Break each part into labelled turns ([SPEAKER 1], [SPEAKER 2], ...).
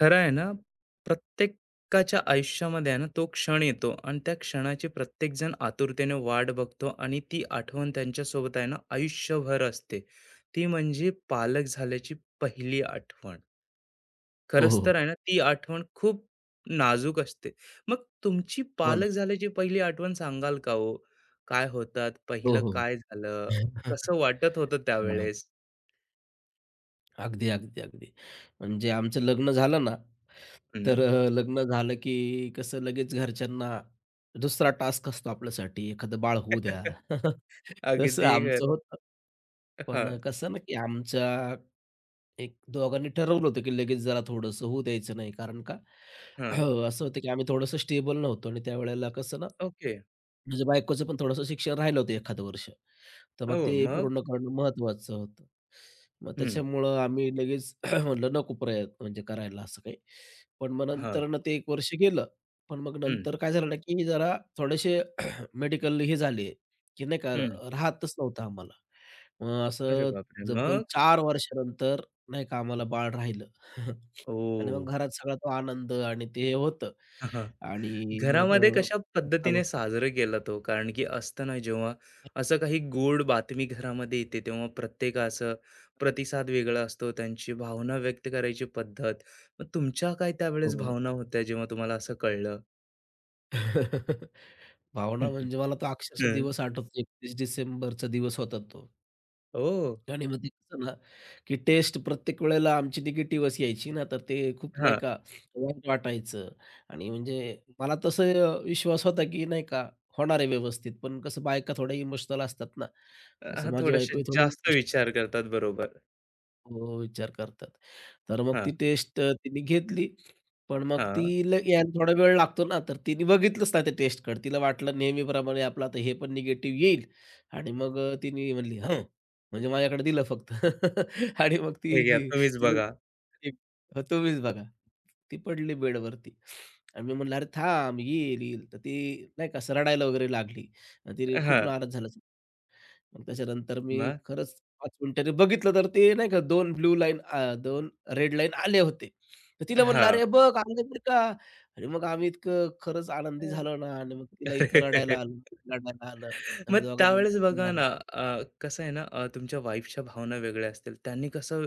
[SPEAKER 1] खरं आहे ना, प्रत्येकाच्या आयुष्यामध्ये आहे ना, तो क्षण येतो आणि त्या क्षणाची प्रत्येकजण आतुरतेने वाट बघतो आणि ती आठवण त्यांच्यासोबत आहे ना, आयुष्यभर असते. ती म्हणजे पालक झाल्याची पहिली आठवण.
[SPEAKER 2] हो,
[SPEAKER 1] खरंच
[SPEAKER 2] हो,
[SPEAKER 1] तर
[SPEAKER 2] हो.
[SPEAKER 1] आहे ना, ती आठवण खूप नाजूक असते. मग तुमची
[SPEAKER 2] हो ना.
[SPEAKER 1] पालक झाल्याची पहिली आठवण सांगाल का हो? काय होतात?
[SPEAKER 2] हो,
[SPEAKER 1] पहिलं
[SPEAKER 2] हो.
[SPEAKER 1] काय झालं? कसं वाटत होतं
[SPEAKER 2] हां.
[SPEAKER 1] त्यावेळेस?
[SPEAKER 2] अगदी, अगदी, अगदी. म्हणजे आमचं लग्न झालं ना,
[SPEAKER 1] हं.
[SPEAKER 2] तर लग्न झालं की कसं लगेच घरच्यांना दुसरा टास्क असतो आपल्यासाठी, एखादं बाळ होऊ द्या. तसं
[SPEAKER 1] अगदी
[SPEAKER 2] आमचं
[SPEAKER 1] खरं.
[SPEAKER 2] होतं.
[SPEAKER 1] हां,
[SPEAKER 2] पण कसं ना, की आमच्या एक दोघांनी ठरवलं होतं, की लगेच जरा थोडंसं होऊ द्यायचं नाही. कारण का
[SPEAKER 1] हां.
[SPEAKER 2] असं होतं, की आम्ही थोडंसं स्टेबल नव्हतो आणि त्यावेळेला कसं ना,
[SPEAKER 1] ओके.
[SPEAKER 2] म्हणजे बायकोचं पण थोडंसं शिक्षण राहिलं होतं एखादं वर्ष. तर मग
[SPEAKER 1] हो,
[SPEAKER 2] ते
[SPEAKER 1] मग?
[SPEAKER 2] पूर्ण करणं महत्त्वाचं होतं. मग
[SPEAKER 1] हं.
[SPEAKER 2] त्याच्यामुळं आम्ही लगेच म्हणलं नको प्रयत्न म्हणजे करायला असं काही. पण मग
[SPEAKER 1] हां.
[SPEAKER 2] नंतर ना ते 1 वर्ष गेलं. पण मग
[SPEAKER 1] हं,
[SPEAKER 2] नंतर काय झालं ना, की जरा थोडेसे मेडिकल हे झाले, की नाही का
[SPEAKER 1] हं.
[SPEAKER 2] राहतच नव्हतं आम्हाला. मग
[SPEAKER 1] अरे
[SPEAKER 2] असं
[SPEAKER 1] बापरे!
[SPEAKER 2] तब्बल
[SPEAKER 1] मग?
[SPEAKER 2] 4 वर्षानंतर नाही का आम्हाला बाळ राहिलं. आणि
[SPEAKER 1] ओह!
[SPEAKER 2] मग घरात सगळा तो आनंद आणि ते होतं.
[SPEAKER 1] हां,
[SPEAKER 2] आणि मग
[SPEAKER 1] घरामध्ये कशा
[SPEAKER 2] अ,
[SPEAKER 1] पद्धतीने साजरं केला तो? कारण की असतं ना जेव्हा असं काही गोड बातमी घरामध्ये येते तेव्हा प्रत्येकाचं प्रतिसाद वेगळा असतो. त्यांची भावना व्यक्त करायची पद्धत. मग तुमच्या काय त्यावेळेस
[SPEAKER 2] हो.
[SPEAKER 1] भावना होत्या जेव्हा तुम्हाला असं कळलं?
[SPEAKER 2] भावना म्हणजे मला तो अक्षरशः
[SPEAKER 1] हं.
[SPEAKER 2] दिवस आठवतो. 31 डिसेंबरचा दिवस होता तो.
[SPEAKER 1] ओह!
[SPEAKER 2] आणि मग ते कसं ना, की टेस्ट प्रत्येक वेळेला आमची निगेटिव्हच यायची ना, तर ते खूप नाही
[SPEAKER 1] हां.
[SPEAKER 2] का वाईट वाटायचं. आणि म्हणजे मला तसं विश्वास होता, की नाही का होणार आहे व्यवस्थित. पण कसं बायका थोड्या इमोशनल असतात ना, तसं
[SPEAKER 1] हां,
[SPEAKER 2] माझी
[SPEAKER 1] थोडेसे
[SPEAKER 2] बायकोही थोडी
[SPEAKER 1] जास्त विचार करतात बरोबर.
[SPEAKER 2] हो, हो, विचार करतात. तर मग
[SPEAKER 1] हां,
[SPEAKER 2] ती टेस्ट तिने घेतली. पण मग
[SPEAKER 1] हां.
[SPEAKER 2] तिला यायला थोडा वेळ लागतो ना, तर तिने बघितलंच नाही त्या टेस्टकडे. तिला वाटलं नेहमीप्रमाणे आपलं आता हे पण निगेटिव्ह येईल आणि मग तिने म्हणली, "हं." म्हणजे माझ्याकडे दिलं फक्त आणि मग
[SPEAKER 1] हे
[SPEAKER 2] ती
[SPEAKER 1] घ्या
[SPEAKER 2] घे
[SPEAKER 1] तुम्हीच
[SPEAKER 2] तिथं
[SPEAKER 1] बघा.
[SPEAKER 2] एक "हो, तुम्हीच बघा." ती पडली बेडवरती आणि मी म्हणलं, "अरे थांब, येईल, येईल." तर ती नाही का असं रडायला वगैरे लागली आणि तिने खूप
[SPEAKER 1] हां.
[SPEAKER 2] नाराज झाला. मग त्याच्यानंतर मी
[SPEAKER 1] मग?
[SPEAKER 2] खरंच 5 मिनिटांनी बघितलं तर ते नाही का 2 ब्लू लाईन रेड लाईन आले होते. तर तिला म्हणलं,
[SPEAKER 1] हां.
[SPEAKER 2] "अरे बघ आले बरं का." आणि मग आम्ही इतकं खरंच आनंदी झालो ना आणि मग तिला इतकं
[SPEAKER 1] अरे!
[SPEAKER 2] रडायला आलं, रडायला आलं.
[SPEAKER 1] मग
[SPEAKER 2] आम्ही दोघांनी
[SPEAKER 1] त्यावेळेस
[SPEAKER 2] मिळून
[SPEAKER 1] बघा
[SPEAKER 2] रडलो.
[SPEAKER 1] ना, अ, कसं आहे ना, तुमच्या वाईफच्या भावना वेगळ्या असतील. त्यांनी कसं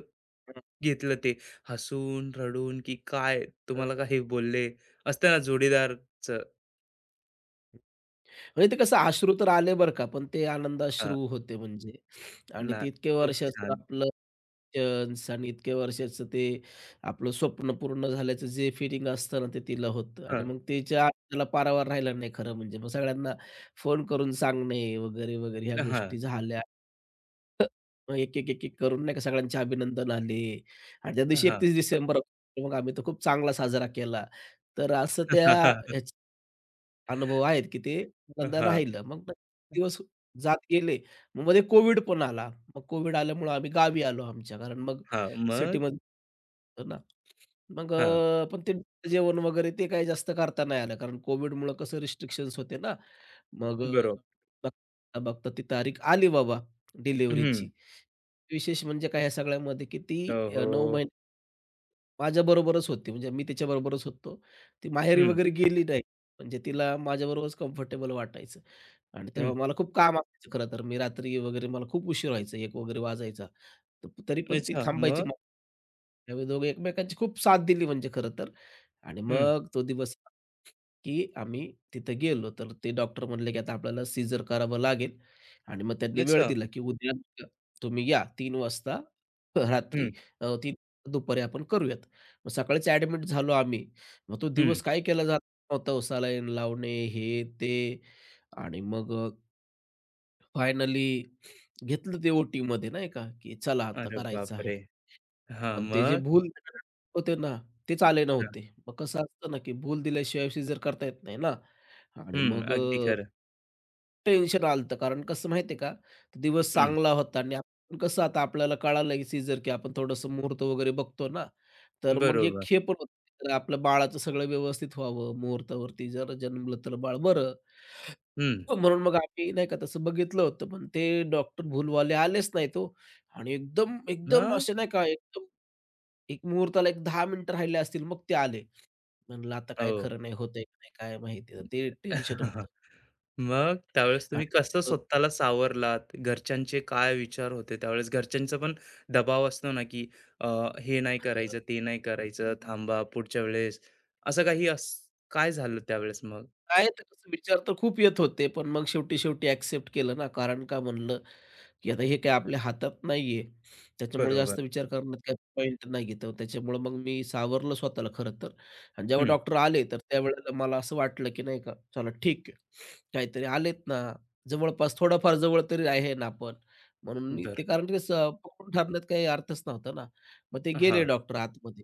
[SPEAKER 1] घेतलं ते? हसून, रडून की काय? तुम्हाला काही बोलले? असतं ना जोडीदारचं
[SPEAKER 2] म्हणजे ते कसं अश्रू तर आले बरं का, पण ते आनंद
[SPEAKER 1] हां,
[SPEAKER 2] अश्रू होते म्हणजे आणि
[SPEAKER 1] ना
[SPEAKER 2] ते इतके
[SPEAKER 1] खूप
[SPEAKER 2] वर्ष असं
[SPEAKER 1] छान.
[SPEAKER 2] आपलं पेशन्स आणि इतक्या वर्षाचं ते आपलं स्वप्न पूर्ण झाल्याचं जे फीलिंग असतं ना, ते तिला होतं आणि
[SPEAKER 1] हां,
[SPEAKER 2] मग तिच्या त्याला पारावार राहिला नाही खरं म्हणजे. मग सगळ्यांना फोन करून सांगणे वगैरे, वगैरे ह्या
[SPEAKER 1] हां,
[SPEAKER 2] गोष्टी झाल्या. मग एक, एक, एक, एक करून नाही का सगळ्यांचे अभिनंदन आले आणि त्या दिवशी
[SPEAKER 1] हां.
[SPEAKER 2] 31 डिसेंबर होता, मग आम्ही तो खूप चांगला साजरा केला. तर असं त्या अनुभव आहेत, की ते पहिल्यांदा
[SPEAKER 1] हां,
[SPEAKER 2] राहिलं. मग ते दिवस जात गेले. मग मध्ये कोविड पण आला. मग कोविड आल्यामुळं आम्ही गावी आलो आमच्या. कारण मग
[SPEAKER 1] हां. मग?
[SPEAKER 2] सिटीमध्ये होतं ना. मग
[SPEAKER 1] हां,
[SPEAKER 2] पण ते जेवण वगैरे ते काही जास्त करता नाही आलं. कारण कोविडमुळं कसं रिस्ट्रिक्शन्स होते ना. मग
[SPEAKER 1] बरोबर.
[SPEAKER 2] बघता, बघता ती तारीख आली बाबा
[SPEAKER 1] हं.
[SPEAKER 2] डिलिव्हरीची. विशेष म्हणजे काय या सगळ्यामध्ये की ती 9
[SPEAKER 1] ओहो!
[SPEAKER 2] माझ्याबरोबरच होती. म्हणजे मी तिच्याबरोबरच होतो. ती माहेरी
[SPEAKER 1] हं,
[SPEAKER 2] वगैरे गेली नाही. म्हणजे तिला माझ्याबरोबरच कम्फर्टेबल वाटायचं आणि तेव्हा
[SPEAKER 1] हं.
[SPEAKER 2] मला खूप काम असायचं खरं तर. मी रात्री वगैरे मला खूप उशीर व्हायचा, 1 वगैरे वाजायचा. तर तरी पण ती
[SPEAKER 1] अच्छा,
[SPEAKER 2] थांबायची.
[SPEAKER 1] मग?
[SPEAKER 2] त्यावेळी दोघे एकमेकांची खूप साथ दिली म्हणजे खरं तर. आणि
[SPEAKER 1] हं.
[SPEAKER 2] मग तो दिवस की आम्ही तिथं गेलो. तर ते डॉक्टर म्हणले, की आता आपल्याला सीझर करावं लागेल आणि मग त्यांनी वेळ
[SPEAKER 1] अच्छा.
[SPEAKER 2] दिला, की उद्या तुम्ही या तीन वाजता रात्री
[SPEAKER 1] हं,
[SPEAKER 2] 3 दुपारी आपण करूयात. मग सकाळीच ॲडमिट झालो आम्ही. मग तो
[SPEAKER 1] हं.
[SPEAKER 2] दिवस काय केला जात नव्हता हो, सलाईन लावणे, हे, ते आणि मग फायनली घेतलं ते ओ-टीमध्ये नाही का, की चला आता
[SPEAKER 1] अरे
[SPEAKER 2] करायचं आहे.
[SPEAKER 1] बापरे! हां,
[SPEAKER 2] आणि ते जे
[SPEAKER 1] मग?
[SPEAKER 2] भूल देणारे होते ना, ते आले
[SPEAKER 1] हां.
[SPEAKER 2] नव्हते. मग कसं असतं ना, की भूल दिल्याशिवाय सीझर करता येत नाही ना आणि
[SPEAKER 1] हं,
[SPEAKER 2] मग
[SPEAKER 1] अगदी खरं.
[SPEAKER 2] टेन्शन आलं होतं. कारण कसं माहिती का, तो दिवस चांगला होता आणि आपण कसं आता आपल्याला कळालं की सीझर की आपण थोडंसं मुहूर्त वगैरे बघतो ना, तर मग एक
[SPEAKER 1] बरोबर.
[SPEAKER 2] हे पण होतं, तर आपलं बाळाचं सगळं व्यवस्थित व्हावं, मुहूर्तावरती जर जन्मलं तर बाळ बरं.
[SPEAKER 1] हं.
[SPEAKER 2] म्हणून मग आम्ही नाही का तसं बघितलं होतं, पण ते डॉक्टर भूलवाले आलेच नाहीत हो. आणि एकदम, एकदम
[SPEAKER 1] मग?
[SPEAKER 2] असे नाही का एकदम एक मुहूर्ताला एक 10 मिनिटं राहिले असतील मग ते आले. म्हणलं आता काय
[SPEAKER 1] हो.
[SPEAKER 2] खरं नाही होतंय का नाही काय माहिती. तर ते टेन्शन होतं.
[SPEAKER 1] मग त्यावेळेस
[SPEAKER 2] आणि
[SPEAKER 1] तुम्ही कसं
[SPEAKER 2] अ,
[SPEAKER 1] स्वतःला सावरलात? घरच्यांचे काय विचार होते त्यावेळेस? घरच्यांचा पण दबाव असतो ना, की अ, हे नाही
[SPEAKER 2] अ,
[SPEAKER 1] करायचं, ते नाही करायचं, थांबा पुढच्या वेळेस. असं काही अस काय झालं त्यावेळेस मग?
[SPEAKER 2] काय तर कसं विचार तर खूप येत होते. पण मग शेवटी, शेवटी ॲक्सेप्ट केलं ना. कारण का म्हणलं की आता हे काय आपल्या हातात नाहीये. त्याच्यामुळे
[SPEAKER 1] बरोबर.
[SPEAKER 2] जास्त विचार करण्यात काही पॉइंट नाहीये. तर त्याच्यामुळं मग मी सावरलं स्वतःला खरं तर आणि जेव्हा
[SPEAKER 1] हं.
[SPEAKER 2] डॉक्टर आले, तर त्यावेळेला मला असं वाटलं की नाही का, चला ठीक आहे. काहीतरी आलेत ना, जवळपास थोडाफार जवळ तरी आहे ना आपण. म्हणून मी ते
[SPEAKER 1] बरोबर.
[SPEAKER 2] कारण ते स पकडून ठरण्यात काही अर्थच नव्हता ना. मग ते गेले
[SPEAKER 1] हां.
[SPEAKER 2] डॉक्टर आतमध्ये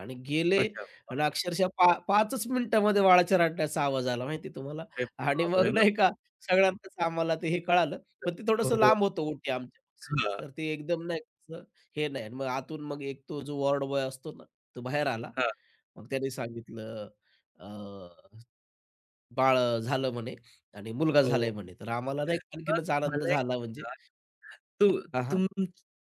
[SPEAKER 2] आणि गेले
[SPEAKER 1] अच्छा.
[SPEAKER 2] आणि अक्षरशः पा 5च मिनिटामध्ये बाळाच्या रडण्याचा आवाज आला माहिती तुम्हाला
[SPEAKER 1] बापरे
[SPEAKER 2] आणि मग
[SPEAKER 1] बापरे! मग
[SPEAKER 2] नाही का सगळ्यांनाच आम्हाला ते हे कळालं. पण ते
[SPEAKER 1] हो,
[SPEAKER 2] थोडंसं
[SPEAKER 1] हो.
[SPEAKER 2] लांब होतं ओटी आमच्यापासून.
[SPEAKER 1] हां,
[SPEAKER 2] तर ते एकदम नाही का असं हे नाही. आणि मग आतून मग एक तो जो वॉर्ड बॉय असतो ना, तो बाहेर आला. मग त्याने सांगितलं अ, "बाळ झालं" म्हणे "आणि मुलगा झालाय"
[SPEAKER 1] हो.
[SPEAKER 2] म्हणे. तर आम्हाला नाही का
[SPEAKER 1] मग
[SPEAKER 2] आणखीनच आनंद
[SPEAKER 1] मला एक
[SPEAKER 2] झाला म्हणजे
[SPEAKER 1] सांगा, तू
[SPEAKER 2] हां, हां.
[SPEAKER 1] तुम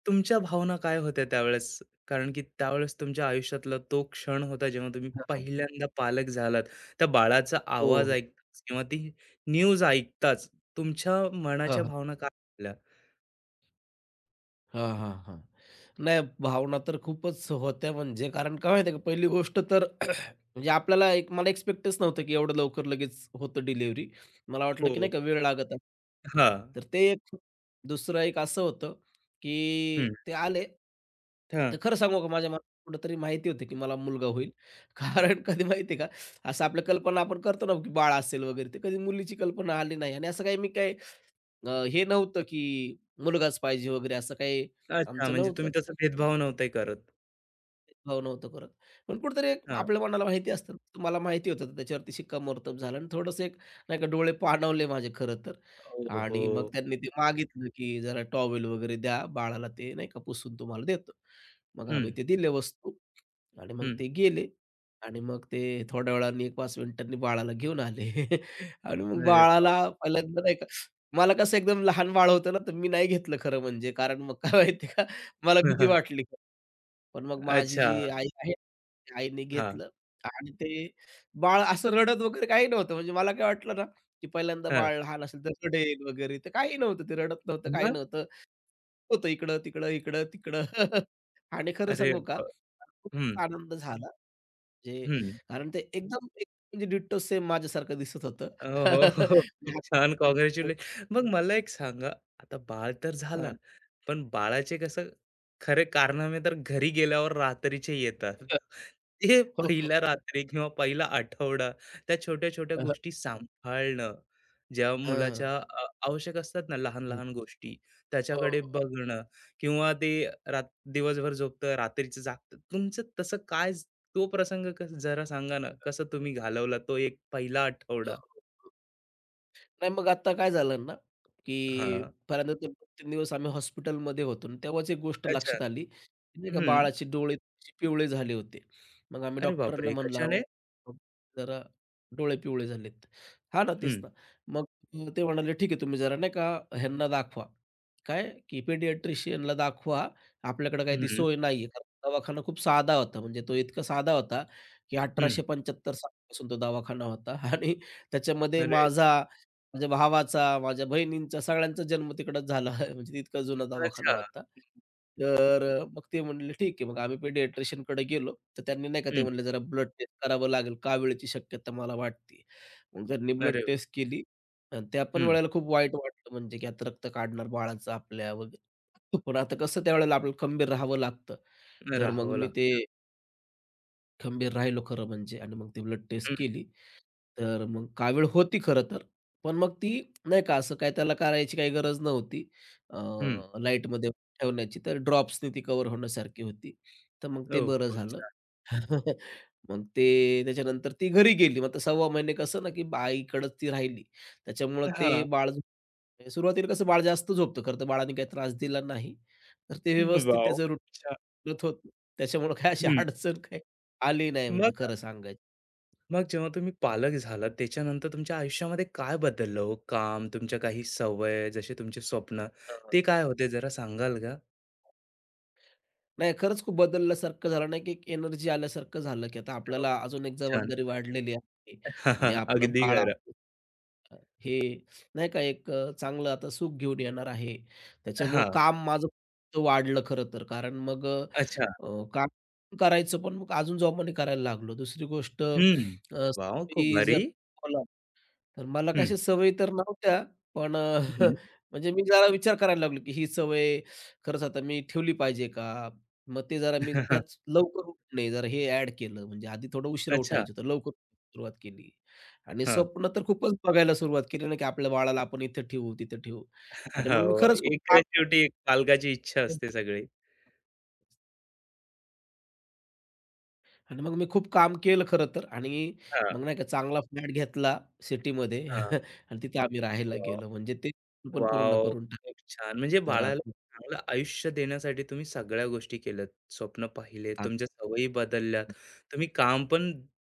[SPEAKER 1] तुमच्या भावना काय होत्या त्यावेळेस? कारण की त्यावेळेस तुमच्या आयुष्यातला तो क्षण होता जेव्हा तुम्ही
[SPEAKER 2] हां, हां.
[SPEAKER 1] पहिल्यांदा पालक झालात. त्या बाळाचा आवाज
[SPEAKER 2] हो.
[SPEAKER 1] ऐकताच किंवा ती न्यूज ऐकताच तुमच्या मनाच्या भावना काय झाल्या?
[SPEAKER 2] हां, हां, हां. नाही भावना तर खूपच होत्या म्हणजे कारण का माहिती आहे का पहिली गोष्ट तर म्हणजे आपल्याला एक मला एक्सपेक्टच नव्हतं की एवढं लवकर लगेच होतं डिलिव्हरी. मला वाटलं की नाही
[SPEAKER 1] हो.
[SPEAKER 2] का वेळ लागत आहे.
[SPEAKER 1] हां.
[SPEAKER 2] तर ते एक दुसरं एक असं होतं की
[SPEAKER 1] हं.
[SPEAKER 2] ते आले.
[SPEAKER 1] हां.
[SPEAKER 2] तर खरं सांगू का माझ्या मनात कुठेतरी माहिती होती की मला मुलगा होईल. कारण कधी माहिती आहे का, असं आपल्या कल्पना आपण करतो ना की बाळ असेल वगैरे, ते कधी मुलीची कल्पना आली नाही आणि असं काही मी काही हे नव्हतं की मुलगाच पाहिजे वगैरे असं काही
[SPEAKER 1] अच्छा
[SPEAKER 2] आमचं
[SPEAKER 1] म्हणजे
[SPEAKER 2] नव्हतं.
[SPEAKER 1] तुम्ही तसा भेदभाव नव्हते करत.
[SPEAKER 2] भाव नव्हतं करत. पण कुठेतरी एक
[SPEAKER 1] हां.
[SPEAKER 2] आपल्या मनाला माहिती असतं. मला माहिती होतं तर त्याच्यावरती शिक्कामोर्तब झालं आणि थोडंसं एक नाही का डोळे पाणावले माझे खरं तर.
[SPEAKER 1] ओहो!
[SPEAKER 2] आणि मग त्यांनी ते मागितलं की जरा टॉवेल वगैरे द्या बाळाला ते नाही का पुसून तुम्हाला देतो. मग
[SPEAKER 1] हं,
[SPEAKER 2] आम्ही ते दिले वस्तू. आणि मग
[SPEAKER 1] हं.
[SPEAKER 2] ते गेले आणि मग ते थोड्या वेळाने 1-5 मिनिटांनी बाळाला घेऊन आले. आणि मग
[SPEAKER 1] अरे बाप!
[SPEAKER 2] बाळाला पहिल्यांदा नाही का मला कसं एकदम लहान बाळ होतं ना, तर मी नाही घेतलं खरं म्हणजे. कारण मग काय माहिती का, मला भीती वाटली. पण मग माझी
[SPEAKER 1] अच्छा.
[SPEAKER 2] जी आई आहे, आईने
[SPEAKER 1] हां,
[SPEAKER 2] घेतलं आणि ते बाळ असं रडत वगैरे काही नव्हतं. म्हणजे मला काय वाटलं ना, की पहिल्यांदा
[SPEAKER 1] हां.
[SPEAKER 2] बाळ लहान असेल तर रडेल वगैरे, तर काही नव्हतं. ते रडत नव्हतं, काही
[SPEAKER 1] मग?
[SPEAKER 2] नव्हतं. होतं इकडं-तिकडं, इकडं-तिकडं. आणि खरं
[SPEAKER 1] अरे
[SPEAKER 2] सांगू का,
[SPEAKER 1] बाप!
[SPEAKER 2] खूप
[SPEAKER 1] हं,
[SPEAKER 2] आनंद झाला. जे
[SPEAKER 1] हं.
[SPEAKER 2] कारण ते एकदम एक म्हणजे डिट्टो सेम माझ्यासारखं दिसत होतं.
[SPEAKER 1] हो, हो, हो. खूप
[SPEAKER 2] म्हणजे
[SPEAKER 1] छान कॉंग्रॅच्युले मग मला एक सांगा, आता बाळ तर झालं,
[SPEAKER 2] हां.
[SPEAKER 1] पण बाळाचे कसं खरे कारनामे तर घरी गेल्यावर रात्रीचे येतात.
[SPEAKER 2] हो, हा.
[SPEAKER 1] ते
[SPEAKER 2] हो.
[SPEAKER 1] पहिल्या रात्री किंवा पहिला आठवडा त्या छोट्या-छोट्या गोष्टी सांभाळणं, ज्या
[SPEAKER 2] हां.
[SPEAKER 1] मुलाच्या आवश्यक असतात ना लहान-लहान गोष्टी,
[SPEAKER 2] हो,
[SPEAKER 1] त्याच्याकडे
[SPEAKER 2] हो.
[SPEAKER 1] बघणं किंवा ते रात दिवसभर झोपतं, रात्रीचं जागतं. तुमचं तसं काय तो प्रसंग कसं जरा सांगा ना, कसं तुम्ही घालवला तो एक पहिला
[SPEAKER 2] हो,
[SPEAKER 1] आठवडा?
[SPEAKER 2] हो. नाही मग आता काय झालं ना, की
[SPEAKER 1] हां.
[SPEAKER 2] पहिल्यांदा ते 2 दिवस आम्ही हॉस्पिटलमध्ये होतो आणि तेव्हाच एक गोष्ट
[SPEAKER 1] अच्छा.
[SPEAKER 2] लक्षात आली, की नाही का
[SPEAKER 1] हं.
[SPEAKER 2] बाळाचे डोळे थोडेसे पिवळे झाले होते. मग आम्ही
[SPEAKER 1] अरे
[SPEAKER 2] डॉक्टरांना
[SPEAKER 1] बापरे!
[SPEAKER 2] म्हणलं,
[SPEAKER 1] कशाने?
[SPEAKER 2] "अहो, जरा डोळे पिवळे झालेत." हां ना, तेच
[SPEAKER 1] हं,
[SPEAKER 2] ना. मग ते म्हणाले, "ठीक आहे, तुम्ही जरा नाही का ह्यांना दाखवा." काय? की पेडियाट्रिशियनला दाखवा. आपल्याकडे काही ती
[SPEAKER 1] हं,
[SPEAKER 2] सोय नाहीये. कारण दवाखाना खूप साधा होता. म्हणजे तो इतका साधा होता, की
[SPEAKER 1] हं.
[SPEAKER 2] 1875 सालापासून तो दवाखाना होता आणि त्याच्यामध्ये
[SPEAKER 1] अरे!
[SPEAKER 2] माझा माझ्या भावाचा, माझ्या बहिणींचा सगळ्यांचा जन्म तिकडंच झाला आहे. म्हणजे इतका जुना दवाखाना
[SPEAKER 1] अच्छा.
[SPEAKER 2] होता. तर मग ते म्हणले, "ठीक आहे." मग आम्ही पेडियाट्रिशियनकडे गेलो. तर त्यांनी नाही का ते
[SPEAKER 1] हं.
[SPEAKER 2] म्हणले, "जरा ब्लड टेस्ट करावं लागेल. कावीळची शक्यता मला वाटते." मग त्यांनी ब्लड
[SPEAKER 1] अरे!
[SPEAKER 2] टेस्ट केली आणि त्या पण
[SPEAKER 1] हं.
[SPEAKER 2] वेळेला खूप वाईट वाटलं म्हणजे की आता रक्त काढणार बाळाचं आपल्या वगैरे. पण आता कसं त्यावेळेला आपल्याला खंबीर राहावं लागतं. तर मग मी
[SPEAKER 1] राहवला.
[SPEAKER 2] ते खंबीर राहिलो खरं म्हणजे आणि मग ती ब्लड टेस्ट
[SPEAKER 1] हं,
[SPEAKER 2] केली. तर मग कावीळ होती खरं तर. पण मग ती नाही का असं काय त्याला करायची काही गरज नव्हती. अ,
[SPEAKER 1] हं.
[SPEAKER 2] लाईटमध्ये ठेवण्याची. तर ड्रॉप्सनी ती कव्हर होण्यासारखी होती. तर मग ते
[SPEAKER 1] ओह!
[SPEAKER 2] बरं
[SPEAKER 1] खूप
[SPEAKER 2] झालं.
[SPEAKER 1] छान.
[SPEAKER 2] मग ते त्याच्यानंतर ती घरी गेली. मग आता सव्वा महिने कसं ना, की आईकडंच ती राहिली. त्याच्यामुळं ते
[SPEAKER 1] हां.
[SPEAKER 2] बाळ झोप- सुरुवातीला कसं बाळ जास्त झोपतं. खरं तर बाळाने काही त्रास दिला नाही. तर ते
[SPEAKER 1] हं,
[SPEAKER 2] व्यवस्थित
[SPEAKER 1] वॉव!
[SPEAKER 2] त्याचं
[SPEAKER 1] छान.
[SPEAKER 2] रूटीन होतं. त्याच्यामुळं काय अशी
[SPEAKER 1] हं.
[SPEAKER 2] अडचण काही आली नाही
[SPEAKER 1] मग
[SPEAKER 2] म्हणजे खरं सांगायचं.
[SPEAKER 1] मग जेव्हा तुम्ही पालक झालात त्याच्यानंतर तुमच्या आयुष्यामध्ये काय बदललं हो? काम, तुमच्या काही सवय, जसे तुमचे स्वप्न,
[SPEAKER 2] हां, हां.
[SPEAKER 1] ते काय होते जरा सांगाल का?
[SPEAKER 2] नाही खरंच खूप बदलल्यासारखं झालं नाही, की एक एनर्जी आल्यासारखं झालं, की आता
[SPEAKER 1] वॉव!
[SPEAKER 2] आपल्याला अजून एक
[SPEAKER 1] छान.
[SPEAKER 2] जबाबदारी वाढलेली आहे
[SPEAKER 1] हा, हा,
[SPEAKER 2] आणि आपलं
[SPEAKER 1] अगदी
[SPEAKER 2] बाळ
[SPEAKER 1] खरं.
[SPEAKER 2] आपलं हे नाही का एक चांगलं आता सुख घेऊन येणार आहे. त्याच्यामुळं
[SPEAKER 1] हां.
[SPEAKER 2] काम माझं वाढलं खरं तर. कारण मग
[SPEAKER 1] अच्छा.
[SPEAKER 2] काम करायचं पण मग अजून जोमाने करायला लागलो. दुसरी गोष्ट
[SPEAKER 1] हं. वॉव! खूप
[SPEAKER 2] मी जर
[SPEAKER 1] भारी.
[SPEAKER 2] तर मला काय
[SPEAKER 1] हं,
[SPEAKER 2] अशा सवयी तर नव्हत्या, पण
[SPEAKER 1] हं.
[SPEAKER 2] म्हणजे मी जरा विचार करायला लागलो, की ही सवय खरंच आता मी ठेवली पाहिजे का? मग ते जरा मी त्याच लवकर उठणे, जरा हे ॲड केलं. म्हणजे आधी थोडं उशिरा
[SPEAKER 1] अच्छा.
[SPEAKER 2] उठायचो, तर लवकर सुरुवात केली आणि स्वप्न तर खूपच बघायला सुरुवात केली ना, की आपल्या बाळाला आपण इथं ठेवू, तिथं ठेवू आणि मग मी
[SPEAKER 1] हो,
[SPEAKER 2] खरंच खूप
[SPEAKER 1] एक
[SPEAKER 2] काम
[SPEAKER 1] शेवटी एक पालकाची इच्छा
[SPEAKER 2] केलं
[SPEAKER 1] असते सगळी.
[SPEAKER 2] आणि मग मी खूप काम केलं खरं तर आणि
[SPEAKER 1] हां,
[SPEAKER 2] मग नाही का चांगला फ्लॅट घेतला सिटीमध्ये
[SPEAKER 1] हां.
[SPEAKER 2] आणि तिथे आम्ही राहायला गेलो. म्हणजे ते पण पूर्ण
[SPEAKER 1] वॉव!
[SPEAKER 2] करून टाकलं.
[SPEAKER 1] खूप छान. म्हणजे
[SPEAKER 2] तर
[SPEAKER 1] बाळाला चांगलं आयुष्य देण्यासाठी तुम्ही सगळ्या गोष्टी केल्यात. स्वप्न पाहिले, तुमच्या
[SPEAKER 2] असं
[SPEAKER 1] सवयी बदलल्यात. तुम्ही काम पण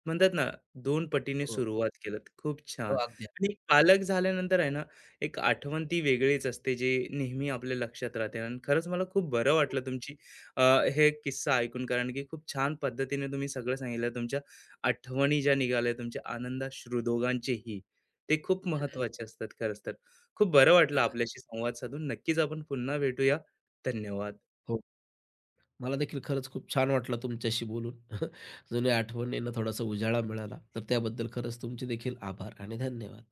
[SPEAKER 1] म्हणतात ना, 2 पटीने
[SPEAKER 2] हो,
[SPEAKER 1] सुरुवात केलत. खूप
[SPEAKER 2] हो,
[SPEAKER 1] छान.
[SPEAKER 2] अगदी.
[SPEAKER 1] आणि पालक झाल्यानंतर आहे ना, एक आठवण ती वेगळीच असते, जी नेहमी आपल्या लक्षात राहते. आणि खरंच मला खूप बरं वाटलं तुमची अ, हे किस्सा ऐकून, कारण की खूप छान पद्धतीने तुम्ही सगळं सांगितलं. तुमच्या आठवणी ज्या निघाल्या, तुमच्या आनंदाश्रू दोघांचेही, ते खूप महत्त्वाचे असतात खरंच तर. खूप बरं वाटलं आपल्याशी संवाद साधून नक्कीच आपण पुन्हा भेटूया धन्यवाद
[SPEAKER 2] हो, मला देखील खरंच खूप छान वाटलं तुमच्याशी बोलून. जुन्या आठवणींना थोडासा उजाळा मिळाला. तर त्याबद्दल खरंच तुमचे देखील आभार आणि धन्यवाद.